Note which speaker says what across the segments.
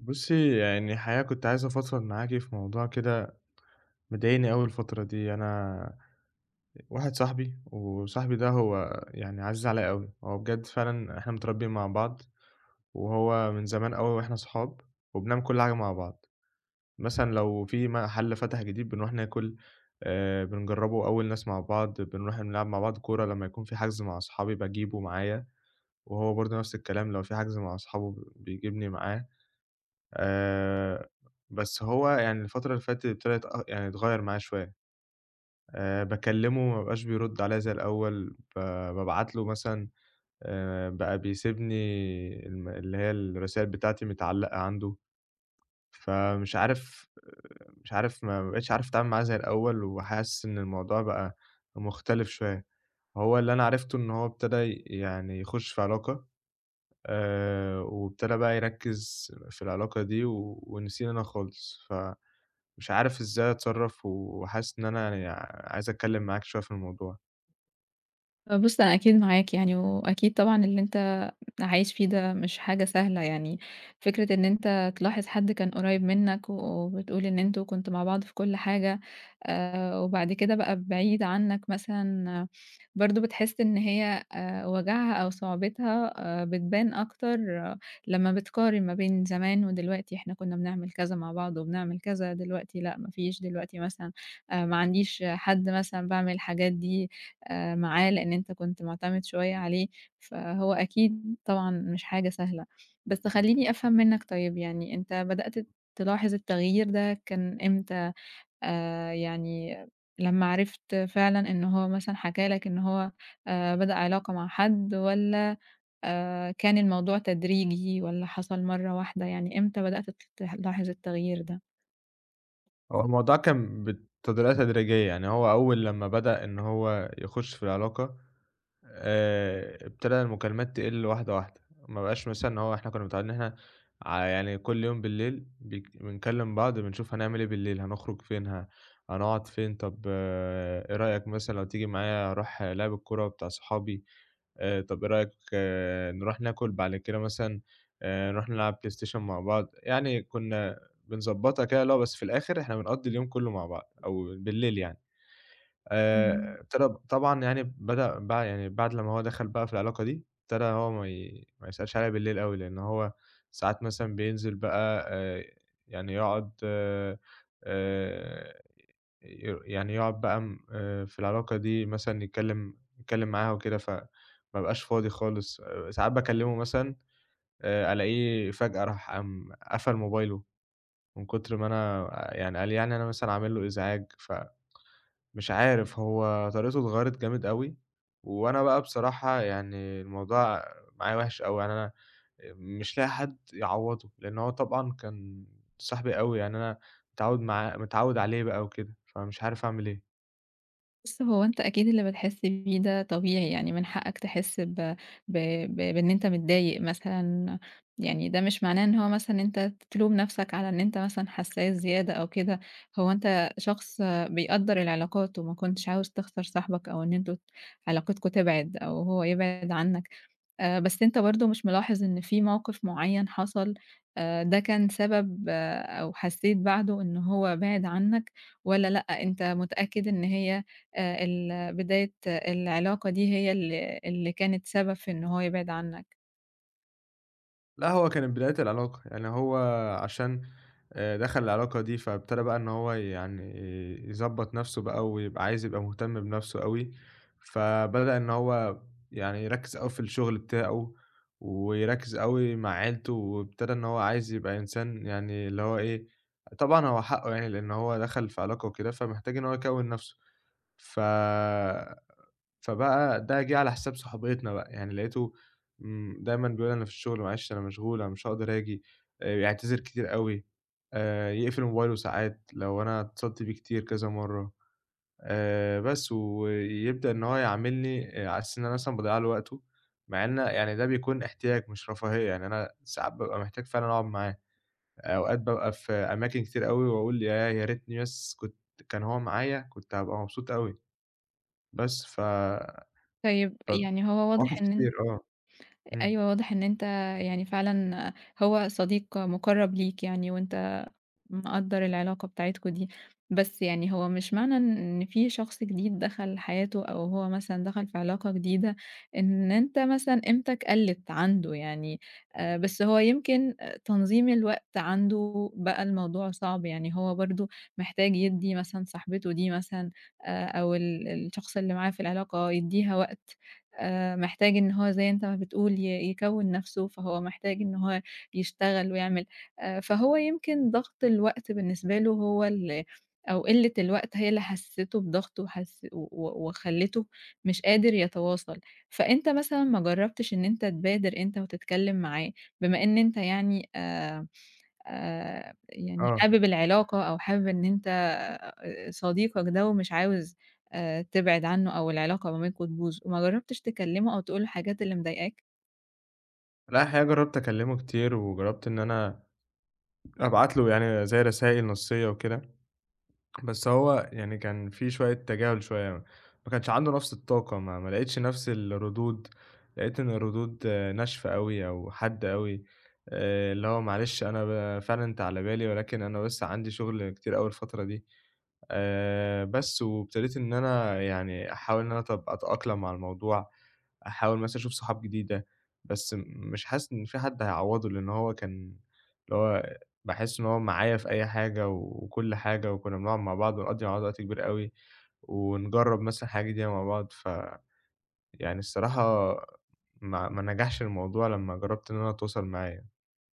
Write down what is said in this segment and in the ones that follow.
Speaker 1: بُصّي، يعني الحقيقة كنت عايز أفضفض معاكِ في موضوع كده مضايقني أوي الفترة دي. أنا واحد صاحبي، وصاحبي ده هو يعني عزيز عليَّ أوي، هو بجد فعلًا إحنا متربيين مع بعض، وهو من زمان أوي وإحنا صحاب، وبنعمل كل حاجة مع بعض. مثلًا لو في محل فتح جديد بنروح ناكل، بنجربه أول ناس مع بعض، بنروح نلعب مع بعض كورة لمّا يكون في حجز مع أصحابي باجيبه معايا، وهو برضه نفس الكلام لو في حجز مع أصحابه بيجيبني معاه. آآ، بس هو يعني الفترة اللي فاتت ابتدت يعني اتغيّر معاه شوية، باكلمه ما بقاش بيرد عليَّ زي الأول، بابعت له مثلًا بقى بيسيبني اللي هي الرسايل بتاعتي متعلقة عنده، فمش عارف مش عارف ما بقيتش عارف أتعامل معاه زي الأول، وحاسس إن الموضوع بقى مختلف شوية. هو اللي أنا عرفته إن هو ابتدى يعني يخش في علاقة، وابتدى بقى يركز في العلاقة دي و ونسيني أنا خالص، مش عارف إزاي أتصرّف وحاسس إن أنا عايز أتكلّم معاك شوية في الموضوع.
Speaker 2: بُص أنا أكيد معاك يعني، وأكيد طبعًا اللي أنت عايش فيه ده مش حاجة سهلة يعني، فكرة إن أنت تلاحظ حد كان قريب منك وبتقول إن أنتم كنتم مع بعض في كل حاجة، وبعد كده بقى بعيد عنك مثلًا، برضه بتحس إن هي وجعها أو صعوبتها بتبان أكتر. آه، لمّا بتقارن ما بين زمان ودلوقتي، إحنا كنا بنعمل كذا مع بعض وبنعمل كذا، دلوقتي لأ ما فيش، دلوقتي مثلًا ما عنديش حد مثلًا باعمل الحاجات دي معاه لإن أنت كنت معتمد شوية عليه. فهو أكيد طبعًا مش حاجة سهلة، بس خلّيني أفهم منّك طيب، يعني أنت بدأت تلاحظ التغيير ده كان إمتى؟ يعني لمّا عرفت فعلًا إن هو مثلًا حكى لك إن هو بدأ علاقة مع حد والّا كان الموضوع تدريجي والّا حصل مرّة واحدة، يعني إمتى بدأت تلاحظ التغيير ده؟
Speaker 1: هو الموضوع كان بطريقة تدريجية، يعني هو أول لمّا بدأ إن هو يخُش في العلاقة ابتدى المكالمات تقِل واحدة، واحدة، ما بقاش مثلًا إن هو إحنا كُنّا متعوّدين إن إحنا يعني كل يوم بالليل بنكلّم بعض بنشوف هنعمل إيه بالليل، هنخرج فين، هنقعد فين، طب آه، إيه رأيك مثلًا لو تيجي معايا أروح لعب الكورة بتاع صحابي؟ طب إيه رأيك آه، نروح ناكل بعد كده مثلًا نروح نلعب بلاي ستيشن مع بعض، يعني كنا بنضبّطها كده اللي هو بس في الآخر إحنا بنقضّي اليوم كلّه مع بعض أو بالليل يعني.
Speaker 2: مم.
Speaker 1: ابتدى طبعًا يعني بدأ بقى يعني بعد لمّا هو دخل بقى في العلاقة دي، ابتدى هو ما يسألش عليَّ بالليل أوي، لإن هو ساعات مثلًا بينزل بقى يعني يقعد يعني يقعد بقى م في العلاقة دي مثلًا يتكلم معاها وكده، فما بابقاش فاضي خالص. ساعات باكلمه مثلًا ألاقيه فجأة راح قام قفل موبايله من كتر ما أنا يعني قال يعني أنا مثلًا عامل له إزعاج مش عارف هو طريقته اتغيّرت جامد أوي، وأنا بقى بصراحة يعني الموضوع معايا وِحِش أوي، يعني أنا مش لاقي حد يعوّضه، لإن هو طبعًا كان صاحبي أوي، يعني أنا متعوّد عليه بقى وكده، فمش عارف أعمل إيه.
Speaker 2: بُص، هو أنت أكيد اللي بتحس بيه ده طبيعي، يعني من حقك تحس ب ب ب بإن أنت متضايق مثلًا، يعني ده مش معناه إن هو مثلًا أنت تلوم نفسك على إن أنت مثلًا حساس زيادة أو كده، هو أنت شخص بيقدّر العلاقات وما كنتش عاوز تخسر صاحبك أو إن أنتم علاقتكم تبعد أو هو يبعد عنك، بس أنت برضه مش ملاحظ إن في موقف معيّن حصل، ده كان سبب، أو حسيت بعده إن هو بعد عنك والّا لأ، أنت متأكد إن هي بداية العلاقة دي هي اللي كانت سبب في إن هو يبعد عنك.
Speaker 1: لأ، هو كانت بداية العلاقة، يعني هو عشان دخل العلاقة دي، فابتدى بقى إن هو يعني يضبّط نَفْسه بقى ويبقى عايز يبقى مهتم بنَفْسه أوي، فبدأ إن هو يعني يركّز أوي في الشغل بتاعه، ويركّز أوي مع عيلته، وابتدى إن هو عايز يبقى إنسان يعني اللي هو إيه، طبعًا هو حقّه يعني لإن هو دخل في علاقة وكده، فمحتاج إن هو يكوّن نَفْسه. ف فبقى ده جِه على حساب صحوبيتنا بقى، يعني لقيته دايمًا بيقول أنا في الشغل معلش أنا مشغول، أنا مش هاقدر آجي، يعتذر كتير أوي، يقفل موبايله ساعات لو أنا اتصلت بيه كتير كذا مرّة، بس ويبدأ إن هو يعاملني على أساس إن أنا مثلًا باضيّع له وقته، مع إن يعني ده بيكون احتياج مش رفاهية، يعني أنا ساعات بابقى محتاج فعلًا أقعد معاه، أوقات بابقى في أماكن كتير أوي وأقول ياه! يا ريتني بس كان هو معايا كنت هابقى مبسوط أوي، بس
Speaker 2: طيب يعني هو واضح
Speaker 1: فمواقف
Speaker 2: إن أنت،
Speaker 1: كتير آه، إمم،
Speaker 2: أيوه، واضح إن أنت يعني فعلًا هو صديق مُقرّب ليك يعني، وأنت مقدّر العلاقة بتاعتكم دي، بس يعني هو مش معنى إن في شخص جديد دخل حياته أو هو مثلًا دخل في علاقة جديدة، إن أنت مثلًا قيمتك قلّت عنده يعني، بس هو يمكن تنظيم الوقت عنده بقى الموضوع صعب، يعني هو برضه محتاج يدّي مثلًا صاحبته دي مثلًا، أو الشخص اللي معاه في العلاقة يدّيها وقت، محتاج إن هو زي أنت ما بتقول يكوّن نَفْسه، فهو محتاج إن هو يشتغل ويعمل. فهو يمكن ضغط الوقت بالنسبة له هو ال أو قِلّة الوقت هي اللي حسّسته بضغط، وحس و و وخلّته مش قادر يتواصل، فأنت مثلًا ما جرّبتش إن أنت تبادر أنت وتتكلّم معاه، بما إن أنت يعني يعني
Speaker 1: آه،
Speaker 2: حابب العلاقة أو حابب إن أنت صديقك ده، ومش عاوز تبعد عنّه أو العلاقة ما بينكم تبوظ، وما جرّبتش تكلّمه أو تقول له الحاجات اللي مضايقاك؟
Speaker 1: لأ الحقيقة جرّبت أكلّمه كتير، وجرّبت إن أنا أبعت له يعني زي رسايل نصيّة وكده، بس هو يعني كان في شوية تجاهل شوية، ما كانش عنده نفس الطاقة، ما لقيتش نفس الردود، لقيت إن الردود آه، ناشفة أوي أو حادة أوي، اللي هو معلش أنا ب فعلًا أنت على بالي، ولكن أنا بس عندي شغل كتير أوي الفترة دي. بس، وابتديت إن أنا يعني أحاول إن أنا طَب أتأقلم مع الموضوع، أحاول مثلًا أشوف صحاب جديدة، بس م- مش حاسس إن في حد هيعوّضه، لإن هو كان اللي هو باحس إن هو معايا في أي حاجة وكل حاجة، وكُنّا بنقعد مع بعض ونقضّي مع بعض وقت كبير أوي، ونجرّب مثلًا حاجة جديدة مع بعض، يعني الصراحة ما نجحش الموضوع لمّا جرّبت إن أنا أتواصل معاه يعني.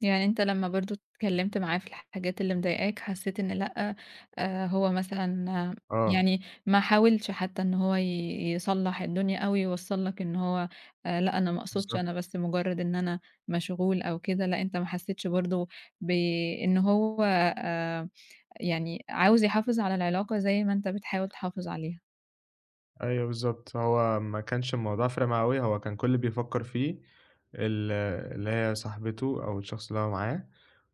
Speaker 2: يعني أنت لمّا برضه اتكلّمت معاه في الحاجات اللي مضايقاك، حسّيت إن لأ، هو مثلًا،
Speaker 1: آه،
Speaker 2: يعني ما حاولش حتّى إن هو يصلّح الدنيا أو يوصّل لك إن هو لأ، أنا ما اقصدش، أنا
Speaker 1: بالضبط.
Speaker 2: بس مجرّد إن أنا مشغول أو كده، لأ، أنت ما حسّيتش برضه بإن هو آآ يعني عاوز يحافظ على العلاقة زي ما أنت بتحاول تحافظ عليها.
Speaker 1: أيوه بالضبط، هو ما كانش الموضوع فارق معاه أوي، هو كان كل اللي بيفكّر فيه ال اللي هي صاحبته أو الشخص اللي هو معاه،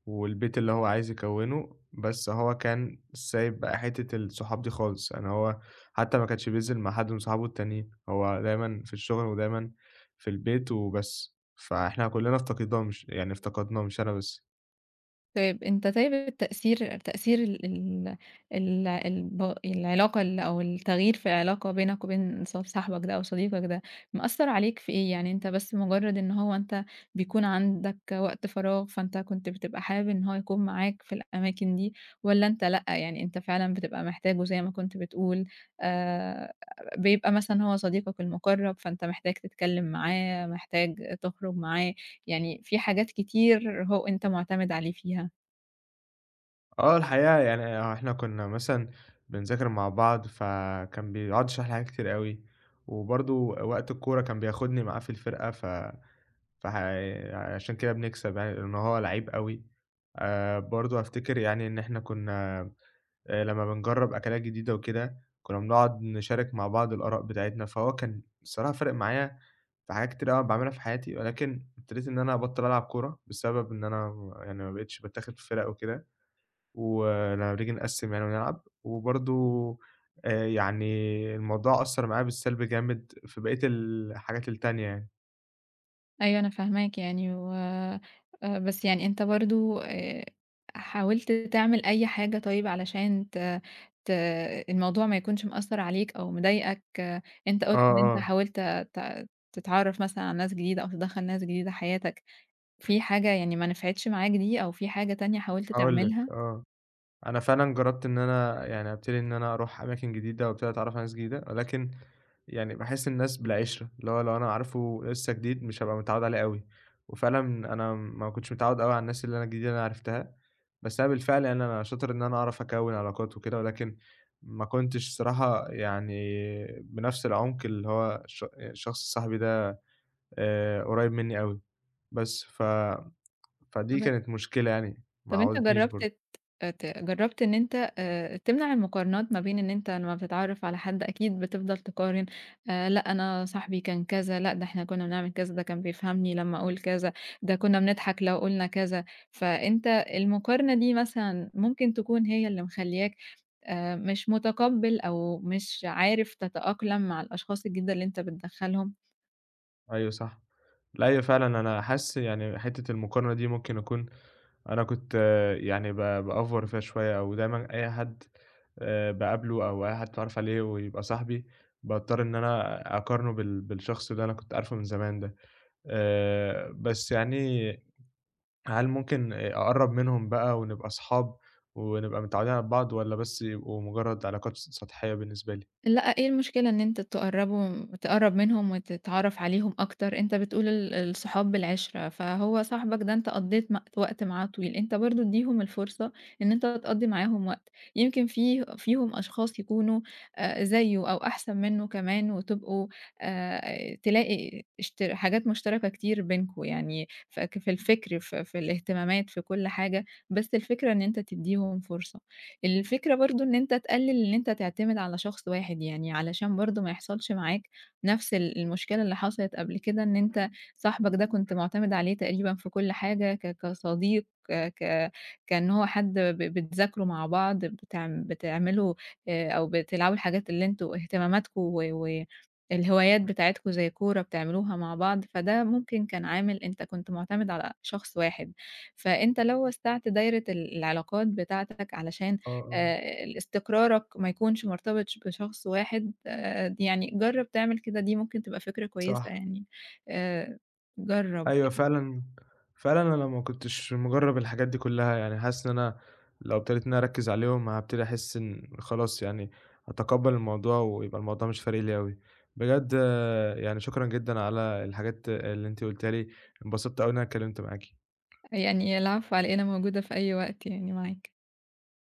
Speaker 1: والبيت اللي هو عايز يكوّنه، بس هو كان سايب بقى حتّة الصحاب دي خالص، يعني هو حتى ما كانش بينزل مع حد من صحابه التانيين، هو دايمًا في الشغل ودايمًا في البيت وبس، فإحنا كُلّنا افتقدناه مش يعني افتقدناه مش أنا بس.
Speaker 2: طيب تأثير ال ال ال الب العلاقة ال أو التغيير في العلاقة بينك وبين صاحبك ده أو صديقك ده، مأثّر عليك في إيه؟ يعني أنت بس مجرد إن أنت بيكون عندك وقت فراغ، فأنت كنت بتبقى حابب إن هو يكون معاك في الأماكن دي، والّا أنت لأ، يعني أنت فعلًا بتبقى محتاجه زي ما كنت بتقول، آآ، بيبقى مثلًا هو صديقك المقرب، فأنت محتاج تتكلم معاه، محتاج تخرج معاه، يعني في حاجات كتير هو أنت معتمد عليه فيها؟
Speaker 1: آه، الحقيقة يعني آه، إحنا كنا مثلًا بنذاكر مع بعض، فكان بيقعد يشرح لي حاجات كتير أوي، وبرضه وقت الكورة كان بياخدني معاه في الفرقة، ف فح عشان كده بنكسب يعني لأن هو لعيب أوي. برضه أفتكر يعني إن إحنا كنا لمّا بنجرب أكلات جديدة وكده، كنا بنقعد نشارك مع بعض الآراء بتاعتنا، فهو كان الصراحة فارق معايا في حاجات كتير أوي باعملها في حياتي، ولكن ابتديت إن أنا أبطّل ألعب كورة بسبب إن أنا يعني ما بقيتش باتاخد في فرق وكده. ولمّا بنيجي نقسّم يعني ونلعب، وبرضه آآ يعني الموضوع أثّر معايا بالسلب جامد في بقية الحاجات التانية يعني.
Speaker 2: أيوه، أنا فاهماك يعني، و بس يعني أنت برضه حاولت تعمل أي حاجة طيب علشان ت ت الموضوع ما يكونش مأثّر عليك أو مضايقك؟ آه، أنت قُلت
Speaker 1: آه،
Speaker 2: إن أنت
Speaker 1: آه،
Speaker 2: حاولت تتعرّف مثلًا على ناس جديدة أو تدخّل ناس جديدة حياتك، في حاجة يعني ما نفعتش معاك دي، أو في حاجة تانية حاولت
Speaker 1: هاقول لك
Speaker 2: تعملها؟
Speaker 1: آه، أنا فعلًا جرّبت إن أنا يعني أبتدي إن أنا أروح أماكن جديدة وأبتدي أتعرّف على ناس جديدة، ولكن يعني باحس الناس بالعِشرة، اللي هو لو أنا عارفه لسه جديد مش هابقى متعوّد عليه أوي، وفعلًا أنا ما كنتش متعوّد أوي على الناس اللي أنا الجديدة اللي أنا عرفتها. بس أنا بالفعل يعني أنا شاطر إن أنا أعرف أكوّن علاقات وكده، ولكن ما كنتش الصراحة يعني بنفس العُمْق اللي هو الشخص صاحبي ده قريّب منّي أوي، بس فدي كانت مشكلة يعني ما
Speaker 2: طب أنت
Speaker 1: عوّضتنيش
Speaker 2: جرّبت
Speaker 1: برضه.
Speaker 2: ت آه، ت جرّبت إن أنت تمنع المقارنات ما بين إن أنت لمّا بتتعرّف على حد أكيد بتفضل تقارن، لأ أنا صاحبي كان كذا، لأ ده إحنا كُنّا بنعمل كذا، ده كان بيفهمني لمّا أقول كذا، ده كُنّا بنضحك لو قُلنا كذا، فأنت المقارنة دي مثلًا ممكن تكون هي اللي مخلّياك مش مُتقبّل أو مش عارف تتأقلم مع الأشخاص الجديدة اللي أنت بتدخّلهم؟
Speaker 1: أيوه صح. لأ، أيوه فعلًا أنا حاسس يعني حتّة المقارنة دي ممكن أكون أنا كنت آه، يعني بأوفّر فيها شوية أو دايمًا أي حد باقابله أو أي حد اتعرّف عليه ويبقى صاحبي، باضطر إن أنا أقارنه بالشخص اللي أنا كنت عارفه من زمان ده. بس يعني هل ممكن أقرّب منهم بقى ونبقى أصحاب ونبقى متعودين على بعض والّا بس يبقوا مجرّد علاقات سطحية بالنسبة لي؟
Speaker 2: لأ، إيه المشكلة إن أنت تقرّب منهم وتتعرّف عليهم أكتر، أنت بتقول الصحاب بالعِشرة، فهو صاحبك ده أنت قضّيت وقت معاه طويل، أنت برضه ادّيهم الفرصة إن أنت تقضّي معاهم وقت، يمكن فيهم أشخاص يكونوا زيه أو أحسن منّه كمان، وتبقوا تلاقي حاجات مشتركة كتير بينكم، يعني في الفكر، في الاهتمامات، في كل حاجة، بس الفكرة إن أنت تدّيهم فرصة. الفكرة برضه إن أنت تقلل إن أنت تعتمد على شخص واحد يعني، علشان برضه ما يحصلش معاك نفس المشكلة اللي حصلت قبل كده، إن أنت صاحبك ده كنت معتمد عليه تقريبًا في كل حاجة كصديق، كإن هو حد بتذاكروا مع بعض، بتعملوا، أو بتلعبوا الحاجات اللي أنتم اهتماماتكم و الهوايات بتاعتكم زي كورة بتعملوها مع بعض، فده ممكن كان عامل أنت كنت معتمد على شخص واحد، فأنت لو وسعت دايرة العلاقات بتاعتك علشان
Speaker 1: آه، آه،
Speaker 2: لاستقرارك ما يكونش مرتبط بشخص واحد، يعني جرّب تعمل كده، دي ممكن تبقى فكرة كويسة
Speaker 1: صح.
Speaker 2: يعني. آآ جرّب،
Speaker 1: أيوه فعلًا، فعلًا أنا ما كنتش مجرّب الحاجات دي كلّها، يعني حاسس إن أنا لو ابتديت إن أنا أركّز عليهم هابتدي أحس إن خلاص يعني أتقبّل الموضوع ويبقى الموضوع مش فارق لي أوي. بجد آه، يعني شكرًا جدًا على الحاجات اللي أنتِ قُلتيها لي، انبسطت أوي إن أنا اتكلّمت معاكِ.
Speaker 2: يعني العفو على إيه، أنا موجودة في أي وقت يعني معاك.